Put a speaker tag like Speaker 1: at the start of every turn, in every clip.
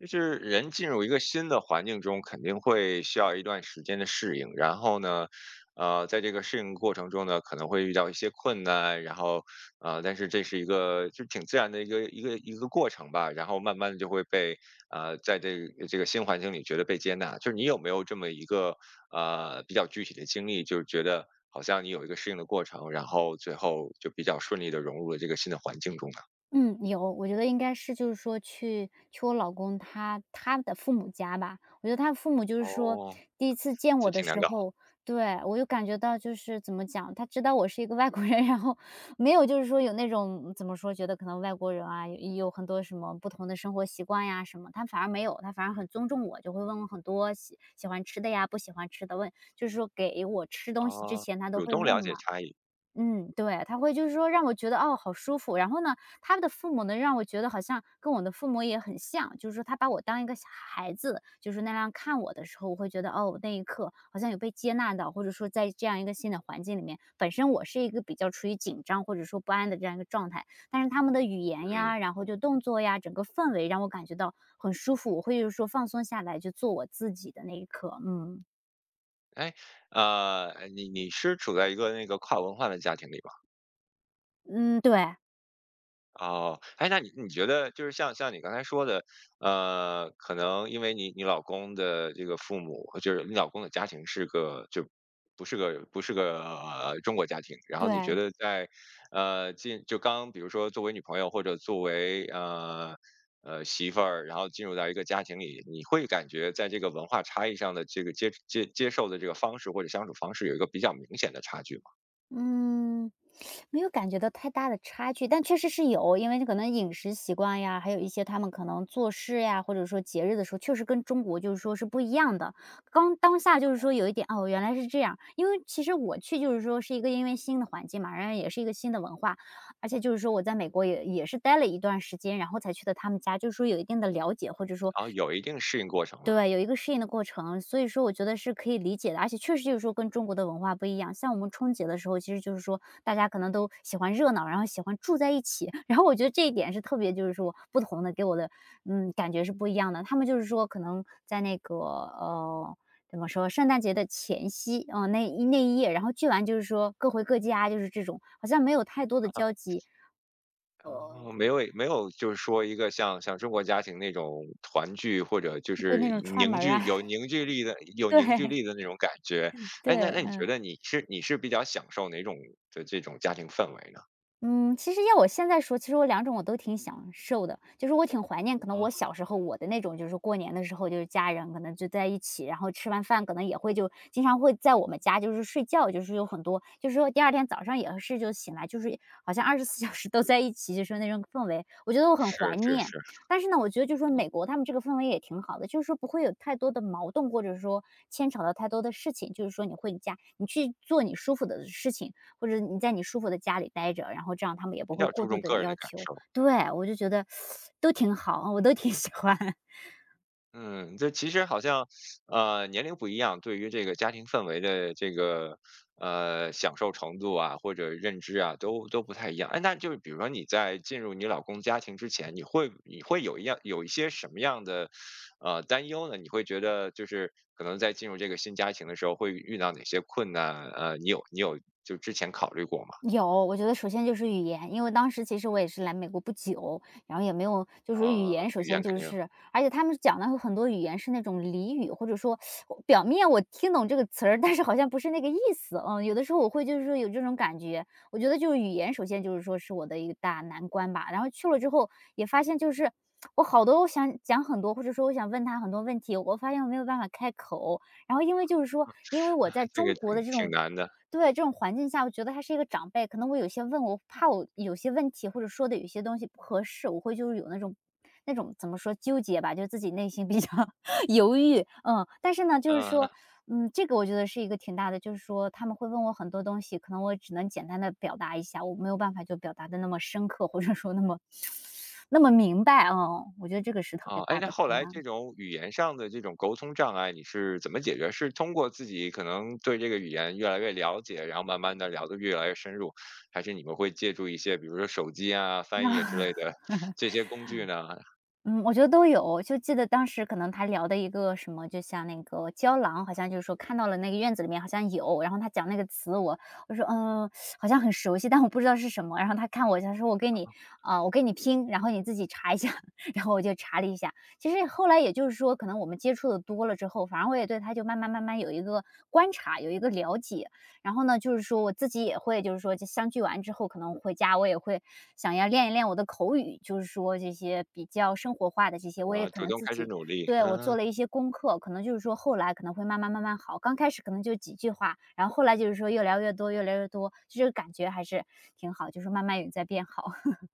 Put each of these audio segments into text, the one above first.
Speaker 1: 就是人进入一个新的环境中，肯定会需要一段时间的适应。然后呢，呃，在这个适应过程中呢，可能会遇到一些困难，但是这是一个就挺自然的一个过程吧。然后慢慢的就会被呃，在这个新环境里觉得被接纳。就是你有没有这么一个比较具体的经历，就是觉得好像你有一个适应的过程，然后最后就比较顺利的融入了这个新的环境中呢？
Speaker 2: 嗯，有，我觉得应该是就是说去我老公他的父母家吧。我觉得他父母就是说
Speaker 1: 哦，
Speaker 2: 第一次见
Speaker 1: 这
Speaker 2: 我的
Speaker 1: 挺难
Speaker 2: 时
Speaker 1: 搞
Speaker 2: 候，对，我就感觉到就是怎么讲，他知道我是一个外国人，然后没有就是说有那种怎么说，觉得可能外国人啊有很多什么不同的生活习惯呀什么，他反而没有，他反而很尊重我，就会问我很多喜欢吃的呀，不喜欢吃的，问就是说给我吃东西之
Speaker 1: 啊。
Speaker 2: 前他都
Speaker 1: 主
Speaker 2: 会
Speaker 1: 动
Speaker 2: 问
Speaker 1: 了解
Speaker 2: 嘛。
Speaker 1: 差异。
Speaker 2: 嗯，对，他会就是说让我觉得，哦，好舒服。然后呢，他的父母呢，让我觉得好像跟我的父母也很像，就是说他把我当一个小孩子，就是那样看我的时候，我会觉得，哦，那一刻好像有被接纳到，或者说在这样一个新的环境里面，本身我是一个比较处于紧张或者说不安的这样一个状态，但是他们的语言
Speaker 1: 嗯，
Speaker 2: 呀，然后就动作呀，整个氛围让我感觉到很舒服，我会就是说放松下来，就做我自己的那一刻。嗯
Speaker 1: 哎，你是处在一个那个跨文化的家庭里吧？
Speaker 2: 嗯，对
Speaker 1: 哦，哎，那你觉得就是像你刚才说的，可能因为你老公的这个父母，就是你老公的家庭是个不是个中国家庭，然后你觉
Speaker 2: 对，
Speaker 1: 得在呃进就刚比如说作为女朋友或者作为媳妇儿，然后进入到一个家庭里，你会感觉在这个文化差异上的这个接受的这个方式或者相处方式有一个比较明显的差距吗？
Speaker 2: 嗯，没有感觉到太大的差距，但确实是有，因为可能饮食习惯呀，还有一些他们可能做事呀，或者说节日的时候，确实跟中国就是说是不一样的。刚当下就是说有一点哦，原来是这样，因为其实我去就是说是一个因为新的环境嘛，然后也是一个新的文化，而且就是说我在美国也是待了一段时间，然后才去的他们家，就是说有一定的了解，或者说
Speaker 1: 然后有一定适应过程了。
Speaker 2: 对，有一个适应的过程，所以说我觉得是可以理解的，而且确实就是说跟中国的文化不一样。像我们春节的时候，其实就是说大家可能都喜欢热闹，然后喜欢住在一起，然后我觉得这一点是特别就是说不同的，给我的嗯感觉是不一样的。他们就是说可能在那个怎么说，圣诞节的前夕，嗯、那一夜，然后聚完就是说各回各家，就是这种好像没有太多的交集，
Speaker 1: 哦，没有，没有就是说一个像中国家庭那种团聚，或者就
Speaker 2: 对
Speaker 1: 是
Speaker 2: 那种串
Speaker 1: 凝
Speaker 2: 门儿
Speaker 1: 聚
Speaker 2: 啊，
Speaker 1: 有凝聚力的 有凝聚
Speaker 2: 对
Speaker 1: 力的那种感觉。哎，那
Speaker 2: 对，
Speaker 1: 那你觉
Speaker 2: 嗯。
Speaker 1: 得你是比较享受哪种的这种家庭氛围呢？
Speaker 2: 嗯，其实要我现在说，其实我两种我都挺享受的。就是我挺怀念可能
Speaker 1: 啊，
Speaker 2: 我小时候我的那种就是过年的时候，就是家人可能就在一起，然后吃完饭可能也会就经常会在我们家就是睡觉，就是有很多就是说第二天早上也是就醒来，就是好像24 小时都在一起，就是那种氛围，我觉得我很怀
Speaker 1: 是是
Speaker 2: 念。
Speaker 1: 是。
Speaker 2: 但是呢，我觉得就是说美国他们这个氛围也挺好的，就是说不会有太多的矛盾，或者说牵扯到太多的事情，就是说你回家，你去做你舒服的事情，或者你在你舒服的家里待着，然后这样他们也不
Speaker 1: 比
Speaker 2: 会
Speaker 1: 较注
Speaker 2: 过度
Speaker 1: 重
Speaker 2: 的
Speaker 1: 个人的
Speaker 2: 要
Speaker 1: 感
Speaker 2: 求。
Speaker 1: 受。
Speaker 2: 对，我就觉得 都挺好，我都挺喜欢。
Speaker 1: 嗯，这其实好像，年龄不一样，对于这个家庭氛围的这个享受程度啊，或者认知啊，都不太一样。哎，那就是比如说你在进入你老公家庭之前，你会有有一些什么样的担忧呢？你会觉得就是可能在进入这个新家庭的时候会遇到哪些困难？呃，你有就之前考虑过吗？
Speaker 2: 有，我觉得首先就是语言，因为当时其实我也是来美国不久，然后也没有就是语
Speaker 1: 呃，
Speaker 2: 言，首
Speaker 1: 语言
Speaker 2: 先
Speaker 1: 肯
Speaker 2: 就
Speaker 1: 定
Speaker 2: 是而且他们讲的有很多语言是那种俚语，或者说我表面我听懂这个词儿，但是好像不是那个意思，嗯，有的时候我会就是说有这种感觉。我觉得就是语言首先就是说是我的一个大难关吧，然后去了之后也发现就是我好多我想讲很多，或者说我想问他很多问题，我发现我没有办法开口，然后因为就是说，因为我在
Speaker 1: 这个
Speaker 2: 中国的
Speaker 1: 挺
Speaker 2: 这
Speaker 1: 挺
Speaker 2: 种
Speaker 1: 难的。
Speaker 2: 对，这种环境下，我觉得他是一个长辈，可能我有些问我怕我有些问题或者说的有些东西不合适，我会就是有那种那种怎么说纠结吧，就自己内心比较 犹豫，嗯，但是呢，就是
Speaker 1: 嗯、
Speaker 2: 说，嗯，这个我觉得是一个挺大的，就是说他们会问我很多东西，可能我只能简单的表达一下，我没有办法就表达的那么深刻，或者说那么 那么明白，嗯，我觉得这个是特
Speaker 1: 啊，
Speaker 2: 别
Speaker 1: 哎，
Speaker 2: 大
Speaker 1: 那
Speaker 2: 的
Speaker 1: 后
Speaker 2: 困
Speaker 1: 来这
Speaker 2: 难。
Speaker 1: 种语言上的这种沟通障碍，你是怎么解决？是通过自己可能对这个语言越来越了解，然后慢慢的聊得越来越深入，还是你们会借助一些，比如说手机啊、翻译啊之 类的这些工具呢？
Speaker 2: 嗯，我觉得都有。就记得当时可能他聊的一个什么，就像那个胶囊，好像就是说看到了那个院子里面好像有，然后他讲那个词我说："嗯，好像很熟悉，但我不知道是什么。"然后他看我一下，他说："我给你啊，我给你听，然后你自己查一下。然后我就查了一下。其实后来也就是说，可能我们接触的多了之后，反而我也对他就慢慢有一个观察，有一个了解。然后呢，就是说我自己也会，就是说这相聚完之后，可能回家我也会想要练一练我的口语，就是说这些比较生活化的这些，我也
Speaker 1: 啊，
Speaker 2: 可
Speaker 1: 主
Speaker 2: 能
Speaker 1: 动
Speaker 2: 自
Speaker 1: 开始
Speaker 2: 己
Speaker 1: 努力。
Speaker 2: 对我
Speaker 1: 嗯、
Speaker 2: 做了一些功课，可能就是说后来可能会慢慢好，刚开始可能就几句话，然后后来就是说越聊越多，越聊越多，就这个感觉还是挺好，就是慢慢也在变好。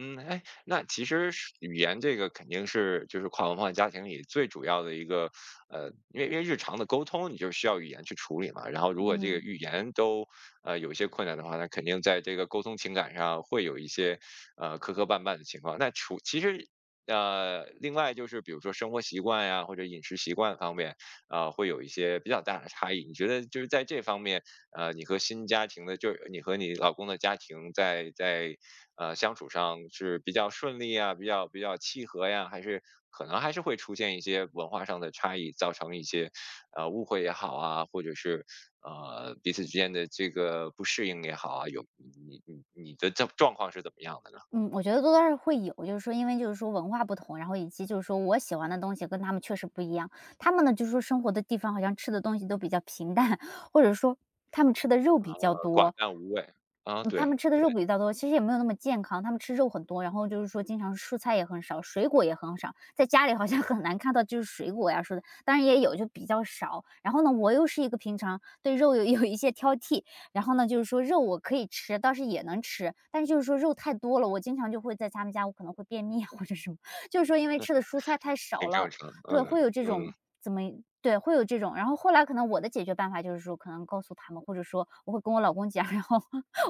Speaker 1: 嗯，哎，那其实是语言这个肯定是就是跨文化家庭里最主要的一个，呃，因为日常的沟通你就需要语言去处理嘛。然后如果这个
Speaker 2: 嗯
Speaker 1: 语言都有一些困难的话，那肯定在这个沟通情感上会有一些磕磕绊绊的情况。那除其实呃，另外就是比如说生活习惯呀，或者饮食习惯方面，啊，会有一些比较大的差异。你觉得就是在这方面，呃，你和新家庭的，就是你和你老公的家庭在相处上是比较顺利啊，比较契合呀，还是可能还是会出现一些文化上的差异，造成一些误会也好啊，或者是彼此之间的这个不适应也好啊，有你的状况是怎么样的呢？
Speaker 2: 嗯，我觉得多多少少会有，就是说因为就是说文化不同，然后以及就是说我喜欢的东西跟他们确实不一样。他们呢，就是说生活的地方好像吃的东西都比较平淡，或者说他们吃的肉比较
Speaker 1: 呃，寡
Speaker 2: 多，
Speaker 1: 淡无味啊。
Speaker 2: 嗯
Speaker 1: 对，
Speaker 2: 他们吃的肉
Speaker 1: 对。
Speaker 2: 比较多，其实也没有那么健康，他们吃肉很多，然后就是说经常蔬菜也很少，水果也很少，在家里好像 很难看到就是水果呀说的，当然也有就比较少。然后呢，我又是一个平常对肉有 有一些挑剔，然后呢，就是说肉我可以吃，倒是也能吃，但是就是说肉太多了，我经常就会在他们家我可能会便秘啊或者什么，就是说因为吃的蔬菜太少
Speaker 1: 挺正
Speaker 2: 了，
Speaker 1: 常。嗯，
Speaker 2: 对，会有这
Speaker 1: 嗯，
Speaker 2: 种怎么对，会有这种。然后后来可能我的解决办法就是说，可能告诉他们，或者说我会跟我老公讲，然后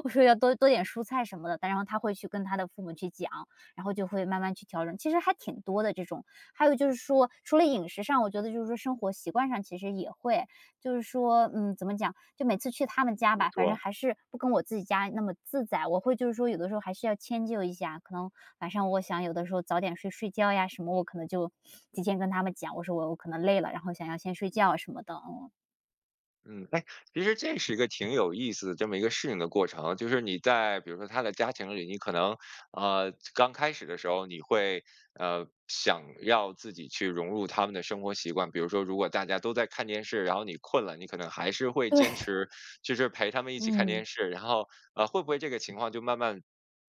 Speaker 2: 我说要多点蔬菜什么的，但然后他会去跟他的父母去讲，然后就会慢慢去调整，其实还挺多的这种。还有就是说，除了饮食上，我觉得就是说生活习惯上其实也会，就是说，嗯，怎么讲，就每次去他们家
Speaker 1: 你
Speaker 2: 吧，反正
Speaker 1: 说。
Speaker 2: 还是不跟我自己家那么自在，我会就是说有的时候还是要迁就一下，可能晚上我想有的时候早点睡觉呀什么，我可能就提前跟他们讲，我说我可能累了，然后想要先睡觉啊什么的，嗯。
Speaker 1: 嗯，哎，其实这是一个挺有意思的这么一个适应的过程，就是你在比如说他的家庭里，你可能刚开始的时候，你会想要自己去融入他们的生活习惯，比如说如果大家都在看电视，然后你困了，你可能还是会坚
Speaker 2: 对。
Speaker 1: 持就是陪他们一起看
Speaker 2: 嗯。
Speaker 1: 电视，然后会不会这个情况就慢慢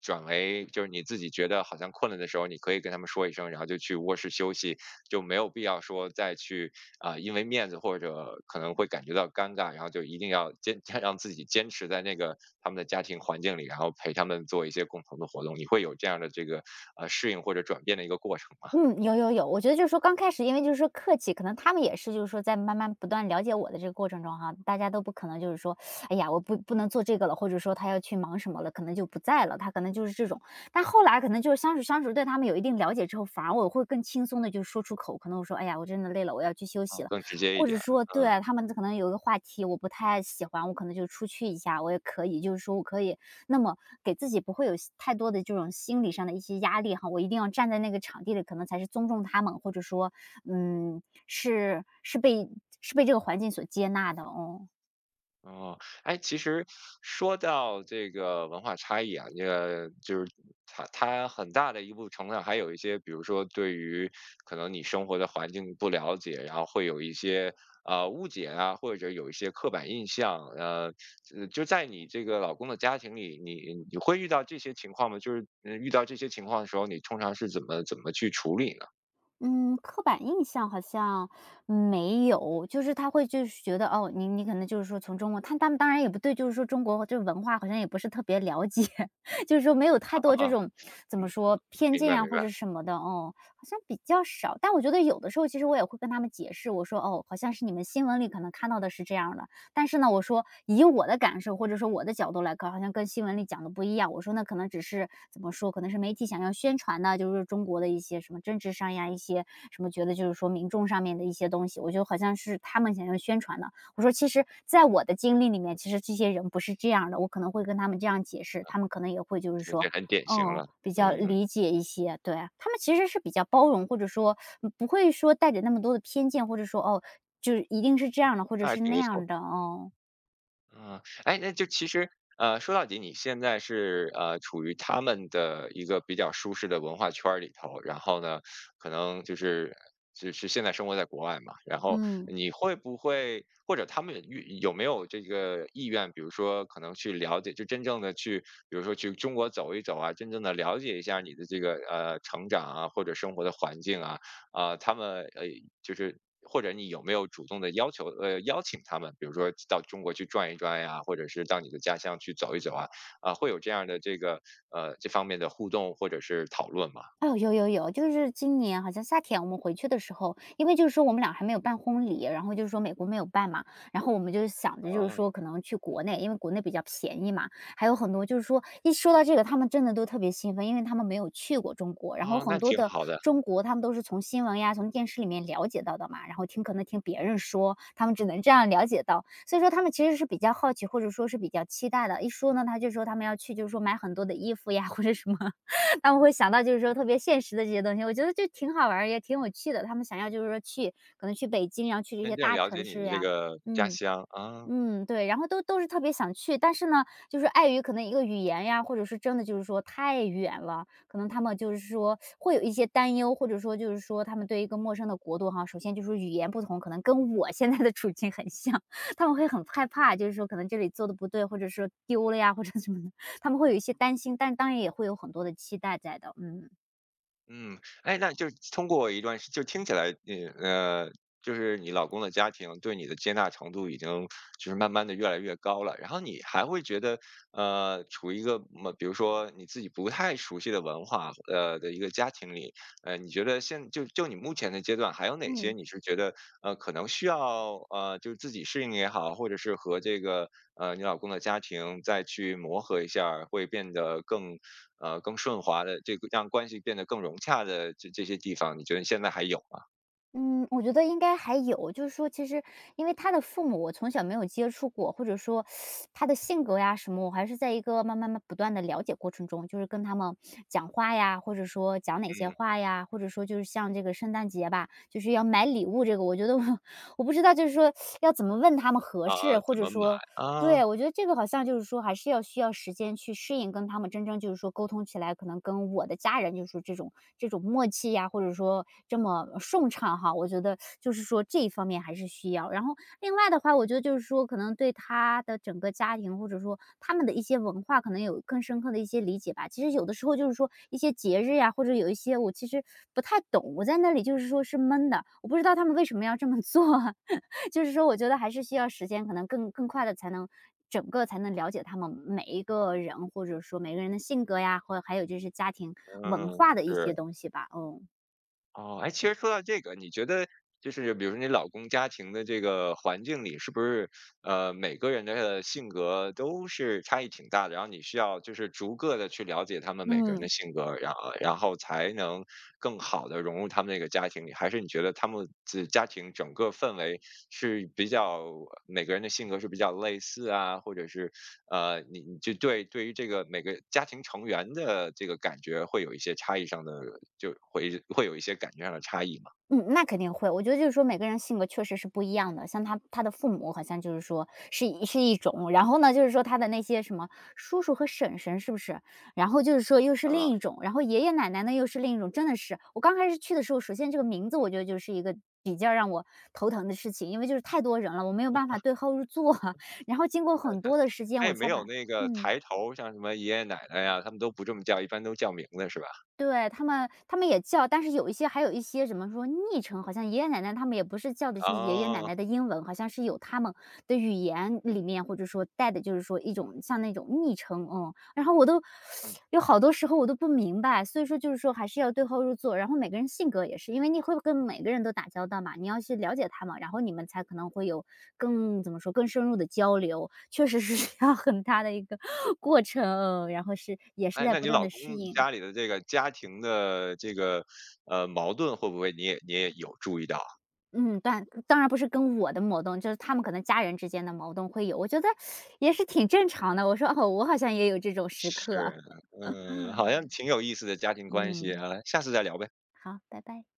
Speaker 1: 转为就是你自己觉得好像困了的时候，你可以跟他们说一声，然后就去卧室休息，就没有必要说再去。啊，因为面子或者可能会感觉到尴尬，然后就一定要坚 让自己坚持在那个他们的家庭环境里，然后陪他们做一些共同的活动。你会有这样的这个适应或者转变的一个过程吗？
Speaker 2: 嗯，有有有，我觉得就是说刚开始，因为就是说客气，可能他们也是就是说在慢慢不断了解我的这个过程中哈，大家都不可能就是说，哎呀，我不能做这个了，或者说他要去忙什么了，可能就不在了，他可能就是这种。但后来可能就是相处，对他们有一定了解之后，反而我会更轻松的就说出口，可能我说，哎呀，我真的累了，我要去休
Speaker 1: 啊，
Speaker 2: 息了，
Speaker 1: 更直接一
Speaker 2: 或者
Speaker 1: 点儿。
Speaker 2: 说
Speaker 1: 嗯。
Speaker 2: 对他们可能有一个话题我不太喜欢，我可能就出去一下，我也可以，就是说我可以那么给自己不会有太多的这种心理上的一些压力哈，我一定要站在那个场地里，可能才是尊重他们，或者说，嗯，是是被是被这个环境所接纳的，哦。
Speaker 1: 哦，哎，其实说到这个文化差异啊，这个就是它很大的一部程度上还有一些，比如说对于可能你生活的环境不了解，然后会有一些误解啊，或者有一些刻板印象。呃，就在你这个老公的家庭里，你会遇到这些情况吗？就是嗯遇到这些情况的时候，你通常是怎么去处理呢？
Speaker 2: 嗯，刻板印象好像嗯没有，就是他会就是觉得哦，你可能就是说从中国，他们当然也不对，就是说中国这文化好像也不是特别了解，就是说没有太
Speaker 1: 啊
Speaker 2: 多这
Speaker 1: 啊，
Speaker 2: 种怎么
Speaker 1: 嗯，
Speaker 2: 说偏
Speaker 1: 明白
Speaker 2: 见啊
Speaker 1: 明
Speaker 2: 或
Speaker 1: 白。
Speaker 2: 者什么的哦，好像比较少。但我觉得有的时候其实我也会跟他们解释，我说哦，好像是你们新闻里可能看到的是这样的，但是呢，我说以我的感受或者说我的角度来看，好像跟新闻里讲的不一样。我说那可能只是怎么说，可能是媒体想要宣传的，就是中国的一些什么政治上呀，一些什么觉得就是说民众上面的一些东西，我觉得好像是他们想要宣传的。我说其实在我的经历里面，其实这些人不是这样的，我可能会跟他们这样解释，他们可能也会就是
Speaker 1: 这这
Speaker 2: 说
Speaker 1: 很典型
Speaker 2: 嗯，
Speaker 1: 了。
Speaker 2: 比较
Speaker 1: 嗯，
Speaker 2: 理解一些，对啊。他们其实是比较包容，或者说，嗯不会说带着那么多的偏见，或者说，哦，就是一定是这样的，或者
Speaker 1: 那还
Speaker 2: 是
Speaker 1: 挺
Speaker 2: 那
Speaker 1: 不错。
Speaker 2: 样的，哦，
Speaker 1: 嗯，哎，那就其实，呃，说到底，你现在是处于他们的一个比较舒适的文化圈儿里头，然后呢，可能就是现在生活在国外嘛，然后
Speaker 2: 嗯。
Speaker 1: 你会不会或者他们有没有这个意愿，比如说可能去了解，就真正的去，比如说去中国走一走啊，真正的了解一下你的这个成长啊或者生活的环境啊，啊、就是或者你有没有主动的要求邀请他们，比如说到中国去转一转呀，或者是到你的家乡去走一走啊，啊、会有这样的这个这方面的互动或者是讨论嘛？
Speaker 2: 哦，有有有，就是今年好像夏天我们回去的时候，因为就是说我们俩还没有办婚礼，然后就是说美国没有办嘛，然后我们就想着就是说可能去国内，因为国内比较便宜嘛，还有很多就是说一说到这个，他们真的都特别兴奋，因为他们没有去过中国，然
Speaker 1: 啊、
Speaker 2: 后
Speaker 1: 哦，
Speaker 2: 很
Speaker 1: 那
Speaker 2: 多
Speaker 1: 挺
Speaker 2: 的
Speaker 1: 好的。
Speaker 2: 中国他们都是从新闻呀、从电视里面了解到的嘛，然后听可能听别人说，他们只能这样了解到，所以说他们其实是比较好奇或者说是比较期待的。一说呢，他就说他们要去，就是说买很多的衣服呀或者什么，他们会想到就是说特别现实的这些东西，我觉得就挺好玩儿也挺有趣的。他们想要就是说去可能去北京，然后去这
Speaker 1: 真
Speaker 2: 些
Speaker 1: 正
Speaker 2: 大
Speaker 1: 了解
Speaker 2: 城
Speaker 1: 你
Speaker 2: 市
Speaker 1: 的这
Speaker 2: 呀，
Speaker 1: 个家
Speaker 2: 嗯。
Speaker 1: 乡啊。
Speaker 2: 嗯，对，然后都是特别想去，但是呢，就是碍于可能一个语言呀，或者是真的就是说太远了，可能他们就是说会有一些担忧，或者说就是说他们对一个陌生的国度哈，首先就是语言不同，可能跟我现在的处境很像，他们会很害怕，就是说可能这里做的不对，或者说丢了呀，或者什么的，他们会有一些担心，但当然也会有很多的期待在的，嗯。
Speaker 1: 嗯，哎，那就是通过一段时就听起来，嗯，呃，就是你老公的家庭对你的接纳程度已经就是慢慢的越来越高了，然后你还会觉得，呃，处于一个么比如说你自己不太熟悉的文化，呃，的一个家庭里，呃，你觉得现就就你目前的阶段，还有哪些
Speaker 2: 嗯。
Speaker 1: 你是觉得，呃，可能需要，呃，就是自己适应也好，或者是和这个，呃，你老公的家庭再去磨合一下儿会变得更更顺滑的这个让关系变得更融洽的这些地方，你觉得现在还有吗？
Speaker 2: 嗯，我觉得应该还有，就是说，其实因为他的父母，我从小没有接触过，或者说他的性格呀什么，我还是在一个慢慢不断的了解过程中，就是跟他们讲话呀，或者说讲哪些
Speaker 1: 嗯，
Speaker 2: 话呀，或者说就是像这个圣诞节吧，就是要买礼物这个，我觉得我 我不知道，就是说要怎么问他们合适，
Speaker 1: 啊，
Speaker 2: 或
Speaker 1: 怎
Speaker 2: 者
Speaker 1: 么买
Speaker 2: 说
Speaker 1: 啊？
Speaker 2: 对，我觉得这个好像就是说还是要需要时间去适应，跟他们真正就是说沟通起来，可能跟我的家人就是这种默契呀，或者说这么顺畅哈，我觉得就是说这一方面还是需要。然后另外的话，我觉得就是说可能对他的整个家庭或者说他们的一些文化，可能有更深刻的一些理解吧。其实有的时候就是说一些节日呀，或者有一些我其实不太懂，我在那里就是说是闷的，我不知道他们为什么要这么做。就是说我觉得还是需要时间，可能更快的才能整个才能了解他们每一个人，或者说每个人的性格呀，或者还有就是家庭文
Speaker 1: 嗯，
Speaker 2: 化的一些
Speaker 1: 是。
Speaker 2: 东西吧，嗯。
Speaker 1: 哦，哎，其实说到这个，你觉得就是比如说你老公家庭的这个环境里，是不是每个人的性格都是差异挺大的？然后你需要就是逐个的去了解他们每个人的
Speaker 2: 嗯。
Speaker 1: 性格，然后才能更好的融入他们那个家庭里？还是你觉得他们自家庭整个氛围是比较每个人的性格是比较类似啊，或者是呃，你就对于这个每个家庭成员的这个感觉会有一些差异上的，就会有一些感觉上的差异嘛。
Speaker 2: 嗯，那肯定会。我觉得就是说每个人性格确实是不一样的，像他的父母好像就是说是一种，然后呢，就是说他的那些什么叔叔和婶婶是不是？然后就是说又是
Speaker 1: 啊，
Speaker 2: 另一种，然后爷爷奶奶呢又是另一种，真的是。我刚开始去的时候，首先这个名字我觉得就是一个比较让我头疼的事情，因为就是太多人了，我没有办法对号入座啊，然后经过很多的时间
Speaker 1: 他也
Speaker 2: 我
Speaker 1: 没
Speaker 2: 才
Speaker 1: 有
Speaker 2: 把
Speaker 1: 那个
Speaker 2: 嗯。
Speaker 1: 抬头，像什么爷爷奶奶呀，他们都不这么叫，一般都叫名字是吧？
Speaker 2: 对，他们也叫，但是有一些还有一些怎么说，昵称，好像爷爷奶奶他们也不是叫的是爷爷奶
Speaker 1: 哦，
Speaker 2: 奶的英文，好像是有他们的语言里面，或者说带的就是说一种像那种昵称，嗯。然后我都
Speaker 1: 嗯，
Speaker 2: 有好多时候我都不明白，所以说就是说还是要对号入座，然后每个人性格也是，因为你会跟每个人都打交道嘛，你要去了解他们，然后你们才可能会有更怎么说更深入的交流，确实是需要很大的一个 过程，嗯然后是也是
Speaker 1: 哎，
Speaker 2: 在
Speaker 1: 那你
Speaker 2: 不断
Speaker 1: 老
Speaker 2: 的适
Speaker 1: 公
Speaker 2: 应。
Speaker 1: 家里的这个家庭的这个矛盾，会不会你也有注意到？
Speaker 2: 嗯，但当然不是跟我的矛盾，就是他们可能家人之间的矛盾会有，我觉得也是挺正常的。我说哦，我好像也有这种时刻啊，
Speaker 1: 是，嗯，好像挺有意思的家庭关系
Speaker 2: 嗯，
Speaker 1: 啊，下次再聊呗。
Speaker 2: 好，拜拜。